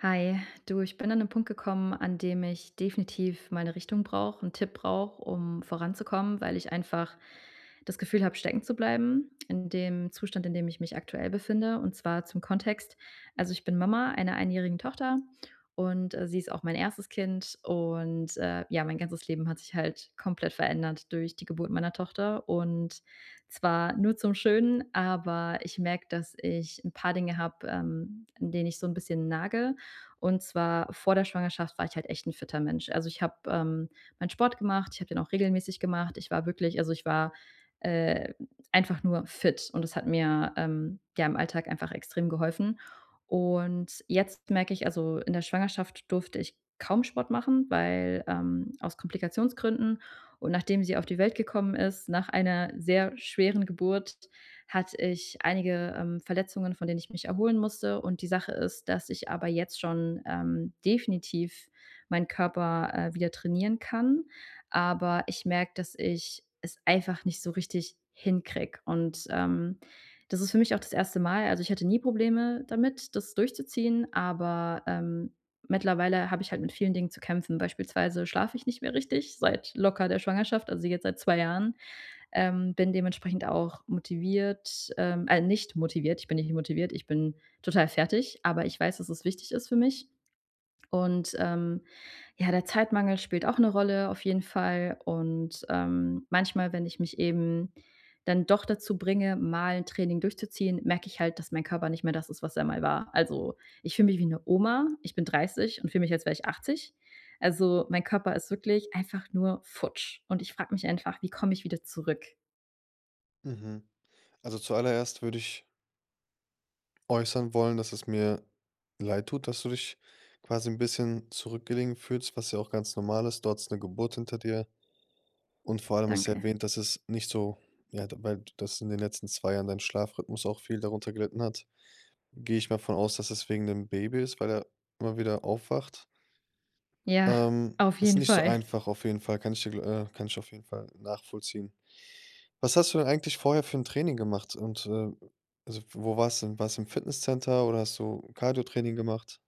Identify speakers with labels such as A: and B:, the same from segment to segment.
A: Hi, du, ich bin an 'nen Punkt gekommen, an dem ich definitiv mal 'ne Richtung brauche, einen Tipp brauche, um voranzukommen, weil ich einfach das Gefühl habe, stecken zu bleiben in dem Zustand, in dem ich mich aktuell befinde. Und zwar zum Kontext: Also, ich bin Mama einer einjährigen Tochter und sie ist auch mein erstes Kind und, ja, mein ganzes Leben hat sich halt komplett verändert durch die Geburt meiner Tochter, und zwar nur zum Schönen. Aber ich merke, dass ich ein paar Dinge habe, an denen ich so ein bisschen nage. Und zwar vor der Schwangerschaft war ich halt echt ein fitter Mensch. Also, ich habe, meinen Sport gemacht, ich habe den auch regelmäßig gemacht. Ich war wirklich, also ich war, äh, einfach nur fit, und das hat mir, ja, im Alltag einfach extrem geholfen. Und jetzt merke ich, also in der Schwangerschaft durfte ich kaum Sport machen, weil, aus Komplikationsgründen. Und nachdem sie auf die Welt gekommen ist, nach einer sehr schweren Geburt, hatte ich einige, Verletzungen, von denen ich mich erholen musste. Und die Sache ist, dass ich aber jetzt schon, definitiv meinen Körper, wieder trainieren kann. Aber ich merke, dass ich es einfach nicht so richtig hinkriege. Und, das ist für mich auch das erste Mal. Also, ich hatte nie Probleme damit, das durchzuziehen, aber, mittlerweile habe ich halt mit vielen Dingen zu kämpfen. Beispielsweise schlafe ich nicht mehr richtig seit locker der Schwangerschaft, also jetzt seit 2 Jahren, bin dementsprechend auch motiviert, nicht motiviert, ich bin nicht motiviert, ich bin total fertig, aber ich weiß, dass es wichtig ist für mich. Und ja, der Zeitmangel spielt auch eine Rolle, auf jeden Fall. Und, manchmal, wenn ich mich eben dann doch dazu bringe, mal ein Training durchzuziehen, merke ich halt, dass mein Körper nicht mehr das ist, was er mal war. Also, ich fühle mich wie eine Oma, ich bin 30 und fühle mich, als wäre ich 80. Also, mein Körper ist wirklich einfach nur futsch, und ich frage mich einfach: „Wie komme ich wieder zurück?“
B: Mhm. Also zuallererst würde ich äußern wollen, dass es mir leid tut, dass du dich quasi ein bisschen zurückgelegen fühlst, was ja auch ganz normal ist. Du hattest 'ne Geburt hinter dir, und vor allem hast du ja
A: Danke.
B: erwähnt, dass es nicht so ja, d weil das in den letzten 2 Jahren dein Schlafrhythmus auch viel darunter gelitten hat. Gehe ich mal von aus, dass es wegen dem Baby ist, weil er immer wieder aufwacht.
A: Ja, auf
B: Ist
A: jeden
B: nicht so
A: Fall.
B: einfach auf jeden Fall, kann ich dir gl kann ich auf jeden Fall nachvollziehen. Was hast du denn eigentlich vorher für 'n Training gemacht, und also, wo war's denn? War's im Fitnesscenter, oder hast du Cardiotraining gemacht?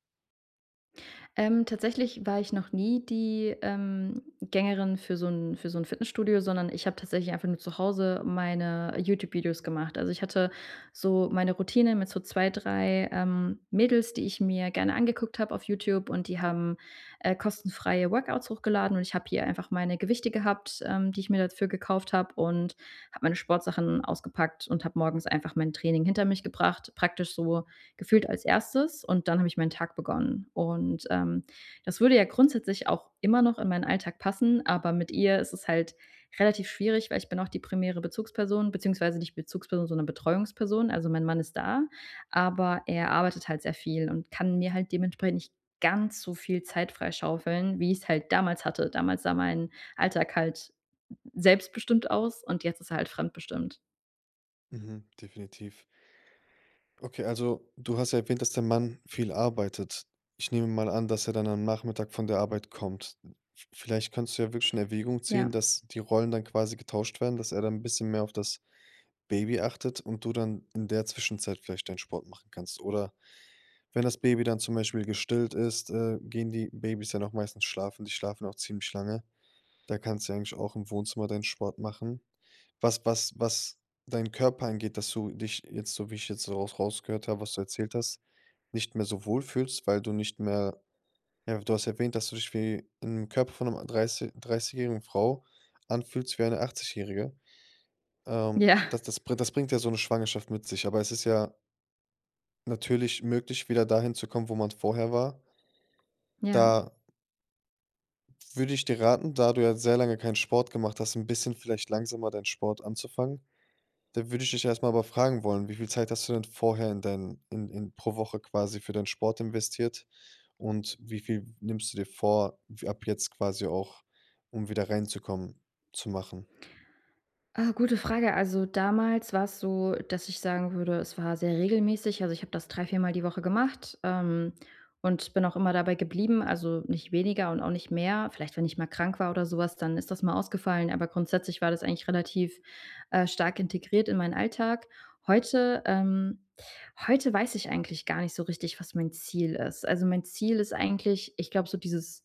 A: Tatsächlich war ich noch nie die, Gängerin für so ein, für so 'n Fitnessstudio, sondern ich habe tatsächlich einfach nur zu Hause meine YouTube-Videos gemacht. Also, ich hatte so meine Routine mit so 2 3 Mädels, die ich mir gerne angeguckt habe auf YouTube, und die haben, kostenfreie Workouts hochgeladen, und ich habe hier einfach meine Gewichte gehabt, die ich mir dafür gekauft habe, und habe meine Sportsachen ausgepackt und habe morgens einfach mein Training hinter mich gebracht. Praktisch so gefühlt als erstes, und dann habe ich meinen Tag begonnen. Und das würde ja grundsätzlich auch immer noch in meinen Alltag passen, aber mit ihr ist es halt relativ schwierig, weil ich bin auch die primäre Bezugsperson, beziehungsweise nicht Bezugsperson, sondern Betreuungsperson. Also mein Mann ist da, aber er arbeitet halt sehr viel und kann mir halt dementsprechend nicht ganz so viel Zeit freischaufeln, wie ich es halt damals hatte. Damals sah mein Alltag halt selbstbestimmt aus, und jetzt ist er halt fremdbestimmt.
B: Mhm, definitiv. Okay, also, du hast ja erwähnt, dass der Mann viel arbeitet. Ich nehme mal an, dass er dann am Nachmittag von der Arbeit kommt. V vielleicht könntest du ja wirklich in Erwägung ziehen,
A: Ja,
B: dass die Rollen dann quasi getauscht werden, dass er dann 'n bisschen mehr auf das Baby achtet und du dann in der Zwischenzeit vielleicht deinen Sport machen kannst. Oder wenn das Baby dann zum Beispiel gestillt ist, gehen die Babys dann auch meistens schlafen. Die schlafen auch ziemlich lange. Da kannst du ja eigentlich auch im Wohnzimmer deinen Sport machen. Was deinen Körper angeht, dass du dich jetzt, so wie ich jetzt rausgehört habe, was du erzählt hast, nicht mehr so wohl fühlst, weil du nicht mehr, ja, du hast erwähnt, dass du dich wie im Körper von 'nem 30-jährigen Frau anfühlst wie eine 80-jährige. Ähm,
A: ja,
B: das das brin das bringt ja so eine Schwangerschaft mit sich, aber es ist ja natürlich möglich, wieder dahin zu kommen, wo man vorher war.
A: ja.
B: Da würde ich dir raten, da du ja sehr lange keinen Sport gemacht hast, ein bisschen vielleicht langsamer deinen Sport anzufangen. Da würde ich dich erstmal aber fragen wollen: Wie viel Zeit hast du denn vorher in dein in pro Woche quasi für deinen Sport investiert? Und wie viel nimmst du dir vor, w ab jetzt quasi auch, um wieder reinzukommen, zu machen?
A: Ah, gute Frage. Also damals war es so, dass ich sagen würde, es war sehr regelmäßig. Also ich habe das drei, viermal die Woche gemacht, und bin auch immer dabei geblieben, also nicht weniger und auch nicht mehr. Vielleicht, wenn ich mal krank war oder sowas, dann ist das mal ausgefallen. Aber grundsätzlich war das eigentlich relativ, stark integriert in meinen Alltag. Heute, ähm Heute weiß ich eigentlich gar nicht so richtig, was mein Ziel ist. Also mein Ziel ist eigentlich, ich glaube, so dieses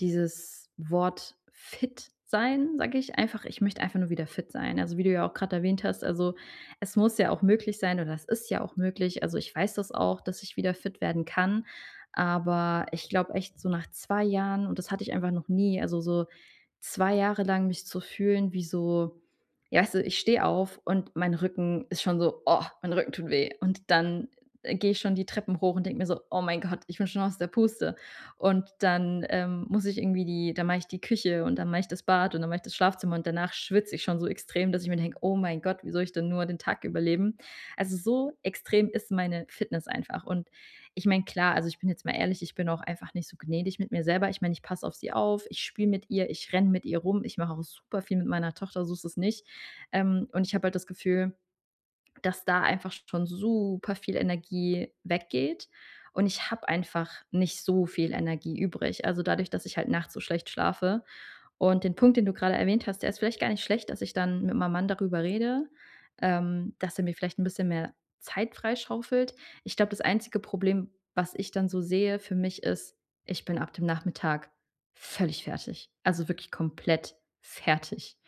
A: dieses Wort fit sein, sage ich einfach, ich möchte einfach nur wieder fit sein. Also, wie du ja auch gerade erwähnt hast, also es muss ja auch möglich sein, oder es ist ja auch möglich. Also, ich weiß das auch, dass ich wieder fit werden kann. Aber ich glaube echt so nach 2 Jahren, und das hatte ich einfach noch nie, also so 2 Jahre lang mich zu fühlen wie so, ja, weißt du, ich stehe auf und mein Rücken ist schon so: „Oh, mein Rücken tut weh.“ Und dann, gehe ich schon die Treppen hoch und denke mir so: „Oh mein Gott, ich bin schon aus der Puste.“ Und dann, muss ich irgendwie die dann mache ich die Küche und dann mache ich das Bad und dann mache ich das Schlafzimmer, und danach schwitze ich schon so extrem, dass ich mir denke: „Oh mein Gott, wie soll ich denn nur den Tag überleben?“ Also, so extrem ist meine Fitness einfach. Und ich meine, klar, also ich bin jetzt mal ehrlich, ich bin auch einfach nicht so gnädig mit mir selber. Ich meine, ich passe auf sie auf, ich spiele mit ihr, ich renne mit ihr rum, ich mache auch super viel mit meiner Tochter, so ist es nicht. Und ich habe halt das Gefühl, dass da einfach schon super viel Energie weggeht. Und ich habe einfach nicht so viel Energie übrig. Also dadurch, dass ich halt nachts so schlecht schlafe. Und den Punkt, den du gerade erwähnt hast, der ist vielleicht gar nicht schlecht, dass ich dann mit meinem Mann darüber rede, dass er mir vielleicht ein bisschen mehr Zeit freischaufelt. Ich glaube, das einzige Problem, was ich dann so sehe für mich ist, ich bin ab dem Nachmittag völlig fertig. Also wirklich komplett fertig.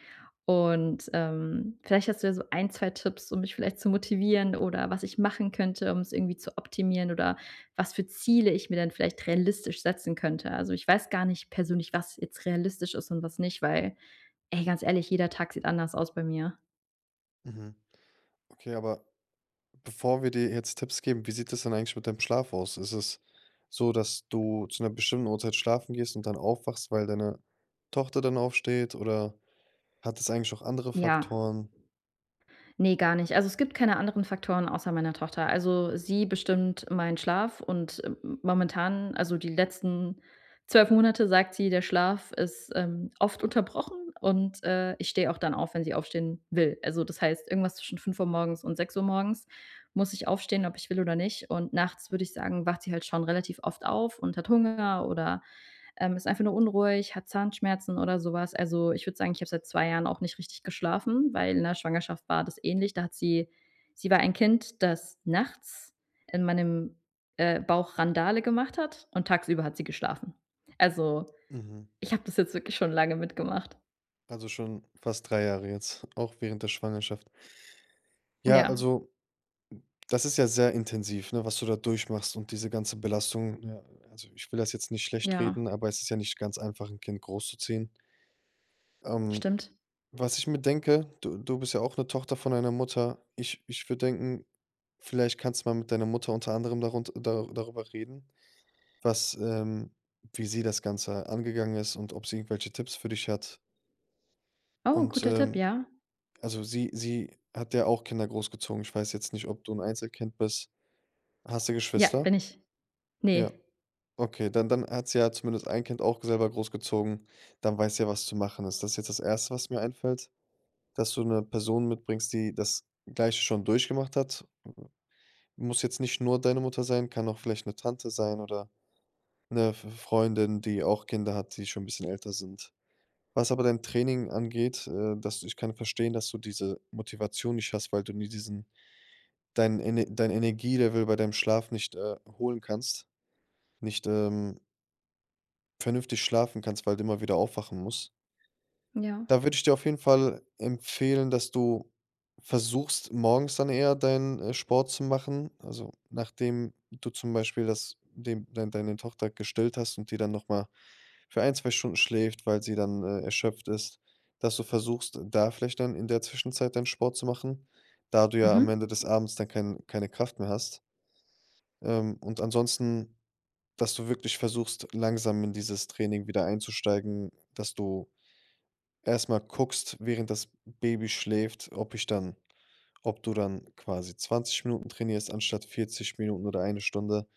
A: Und, vielleicht hast du ja so ein 2 Tipps, um mich vielleicht zu motivieren, oder was ich machen könnte, um es irgendwie zu optimieren, oder was für Ziele ich mir dann vielleicht realistisch setzen könnte. Also, ich weiß gar nicht persönlich, was jetzt realistisch ist und was nicht, weil, ey, ganz ehrlich, jeder Tag sieht anders aus bei mir.
B: Mhm. Okay, aber bevor wir dir jetzt Tipps geben, wie sieht das denn eigentlich mit deinem Schlaf aus? Ist es so, dass du zu einer bestimmten Uhrzeit schlafen gehst und dann aufwachst, weil deine Tochter dann aufsteht, oder hat es eigentlich auch andere
A: Ja.
B: Faktoren?
A: Ne, gar nicht. Also, es gibt keine anderen Faktoren außer meiner Tochter. Also, sie bestimmt meinen Schlaf, und, momentan, also die letzten 12 Monate, sagt sie, der Schlaf ist, oft unterbrochen, und, ich stehe auch dann auf, wenn sie aufstehen will. Also, das heißt, irgendwas zwischen 5 Uhr morgens und 6 Uhr morgens muss ich aufstehen, ob ich will oder nicht. Und nachts würde ich sagen, wacht sie halt schon relativ oft auf und hat Hunger oder ist einfach nur unruhig, hat Zahnschmerzen oder sowas. Also, ich würde sagen, ich habe seit 2 Jahren auch nicht richtig geschlafen, weil in der Schwangerschaft war das ähnlich. Da hat sie Sie war ein Kind, das nachts in meinem, Bauch Randale gemacht hat und tagsüber hat sie geschlafen. Also,
B: Mhm.
A: ich habe das jetzt wirklich schon lange mitgemacht.
B: Also schon fast 3 Jahre jetzt, auch während der Schwangerschaft. Ja,
A: Ja,
B: also, das ist ja sehr intensiv, ne, was du da durchmachst und diese ganze Belastung. Ja, also, ich will das jetzt nicht schlecht
A: ja,
B: reden, aber es ist ja nicht ganz einfach, ein Kind großzuziehen. Ähm,
A: stimmt.
B: was ich mir denke, du bist ja auch eine Tochter von einer Mutter. Ich würde denken, vielleicht kannst du mal mit deiner Mutter unter anderem darunter da darüber reden, was, ähm wie sie das Ganze angegangen ist und ob sie irgendwelche Tipps für dich hat.
A: Oh,
B: Und,
A: guter Tipp,
B: ähm,
A: ja.
B: also, sie hat ja auch Kinder großgezogen. Ich weiß jetzt nicht, ob du ein Einzelkind bist. Hast du
A: Ja,
B: Geschwister?
A: bin ich. Nee.
B: Ja, okay, dann hat sie ja zumindest ein Kind auch selber großgezogen. Dann weiß sie ja, was zu machen ist. Das ist jetzt das erste, was mir einfällt, dass du eine Person mitbringst, die das Gleiche schon durchgemacht hat. Muss jetzt nicht nur deine Mutter sein, kann auch vielleicht eine Tante sein oder eine F Freundin, die auch Kinder hat, die schon ein bisschen älter sind. Was aber dein Training angeht, ich kann verstehen, dass du diese Motivation nicht hast, weil du nie diesen dein Ener dein Energielevel bei deinem Schlaf nicht, holen kannst, nicht, vernünftig schlafen kannst, weil du immer wieder aufwachen musst.
A: Ja.
B: Da würde ich dir auf jeden Fall empfehlen, dass du versuchst, morgens dann eher deinen, Sport zu machen. Also, nachdem du zum Beispiel das dem dein deine Tochter gestillt hast und die dann noch mal für ein, 2 Stunden schläft, weil sie dann, erschöpft ist, dass du versuchst, da vielleicht dann in der Zwischenzeit deinen Sport zu machen, da du ja
A: Mhm.
B: am Ende des Abends dann keine Kraft mehr hast. Und ansonsten, dass du wirklich versuchst, langsam in dieses Training wieder einzusteigen, dass du erstmal guckst, während das Baby schläft, ob du dann quasi 20 Minuten trainierst anstatt 40 Minuten oder eine Stunde,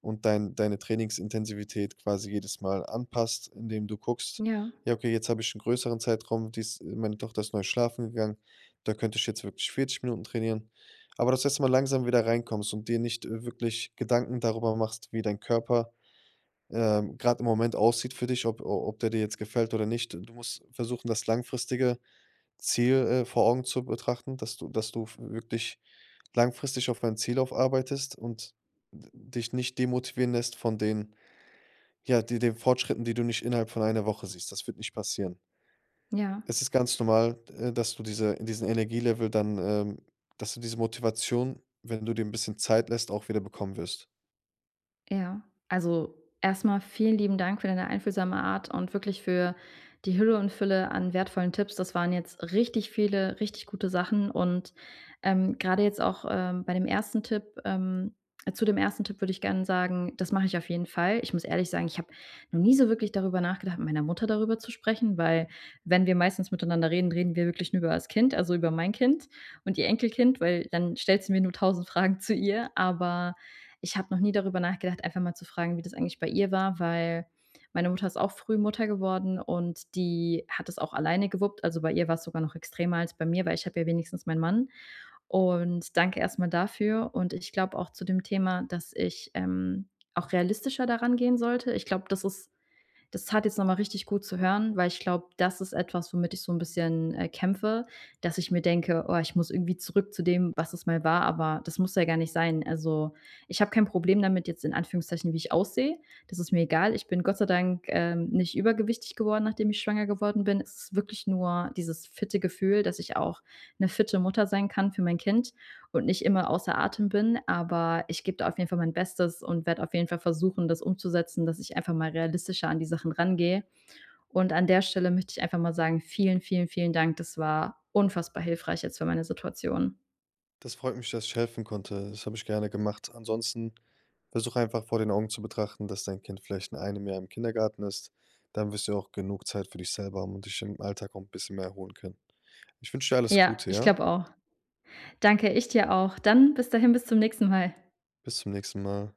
B: und deine Trainingsintensität quasi jedes Mal anpasst, indem du guckst:
A: Ja,
B: „Ja, okay, jetzt habe ich einen größeren Zeitraum, die meine Tochter ist neu schlafen gegangen, da könnte ich jetzt wirklich 40 Minuten trainieren.“ Aber dass du erstmal langsam wieder reinkommst und dir nicht, wirklich Gedanken darüber machst, wie dein Körper grad im Moment aussieht für dich, ob o ob der dir jetzt gefällt oder nicht. Du musst versuchen, das langfristige Ziel, vor Augen zu betrachten, dass du, wirklich langfristig auf ein Ziel aufarbeitest und d dich nicht demotivieren lässt von den Fortschritten, die du nicht innerhalb von einer Woche siehst. Das wird nicht passieren.
A: ja.
B: Es ist ganz normal, dass du diesen Energielevel dann, dass du diese Motivation, wenn du dir ein bisschen Zeit lässt, auch wieder bekommen wirst.
A: Ja, also erstmal vielen lieben Dank für deine einfühlsame Art und wirklich für die Hülle und Fülle an wertvollen Tipps. Das waren jetzt richtig viele richtig gute Sachen, und, grade jetzt auch, bei dem ersten Tipp, zu dem ersten Tipp würde ich gerne sagen, das mache ich auf jeden Fall. Ich muss ehrlich sagen, ich habe noch nie so wirklich darüber nachgedacht, mit meiner Mutter darüber zu sprechen, weil wenn wir meistens miteinander reden, reden wir wirklich nur über das Kind, also über mein Kind und ihr Enkelkind, weil dann stellt sie mir nur tausend Fragen zu ihr, aber ich habe noch nie darüber nachgedacht, einfach mal zu fragen, wie das eigentlich bei ihr war, weil meine Mutter ist auch früh Mutter geworden und die hat es auch alleine gewuppt. Also bei ihr war es sogar noch extremer als bei mir, weil ich habe ja wenigstens meinen Mann. Und danke erstmal dafür. Und ich glaube auch zu dem Thema, dass ich auch realistischer daran gehen sollte. Ich glaube, das tat jetzt nochmal richtig gut zu hören, weil ich glaube, das ist etwas, womit ich so ein bisschen, kämpfe, dass ich mir denke: „Oh, ich muss irgendwie zurück zu dem, was es mal war“, aber das muss ja gar nicht sein. Also, ich habe kein Problem damit jetzt, in Anführungszeichen, wie ich aussehe. Das ist mir egal. Ich bin Gott sei Dank, nicht übergewichtig geworden, nachdem ich schwanger geworden bin. Es ist wirklich nur dieses fitte Gefühl, dass ich auch eine fitte Mutter sein kann für mein Kind und nicht immer außer Atem bin, aber ich gebe da auf jeden Fall mein Bestes und werde auf jeden Fall versuchen, das umzusetzen, dass ich einfach mal realistischer an die Sachen rangehe. Und an der Stelle möchte ich einfach mal sagen, vielen, vielen, vielen Dank. Das war unfassbar hilfreich jetzt für meine Situation.
B: Das freut mich, dass ich helfen konnte. Das habe ich gerne gemacht. Ansonsten, versuch einfach vor den Augen zu betrachten, dass dein Kind vielleicht in einem Jahr im Kindergarten ist. Dann wirst du auch genug Zeit für dich selber haben und dich im Alltag auch ein bisschen mehr erholen können. Ich wünsche dir alles
A: Ja,
B: Gute,
A: ich
B: ja?
A: glaube auch. Danke, ich dir auch. Dann bis dahin, bis zum nächsten Mal.
B: Bis zum nächsten Mal.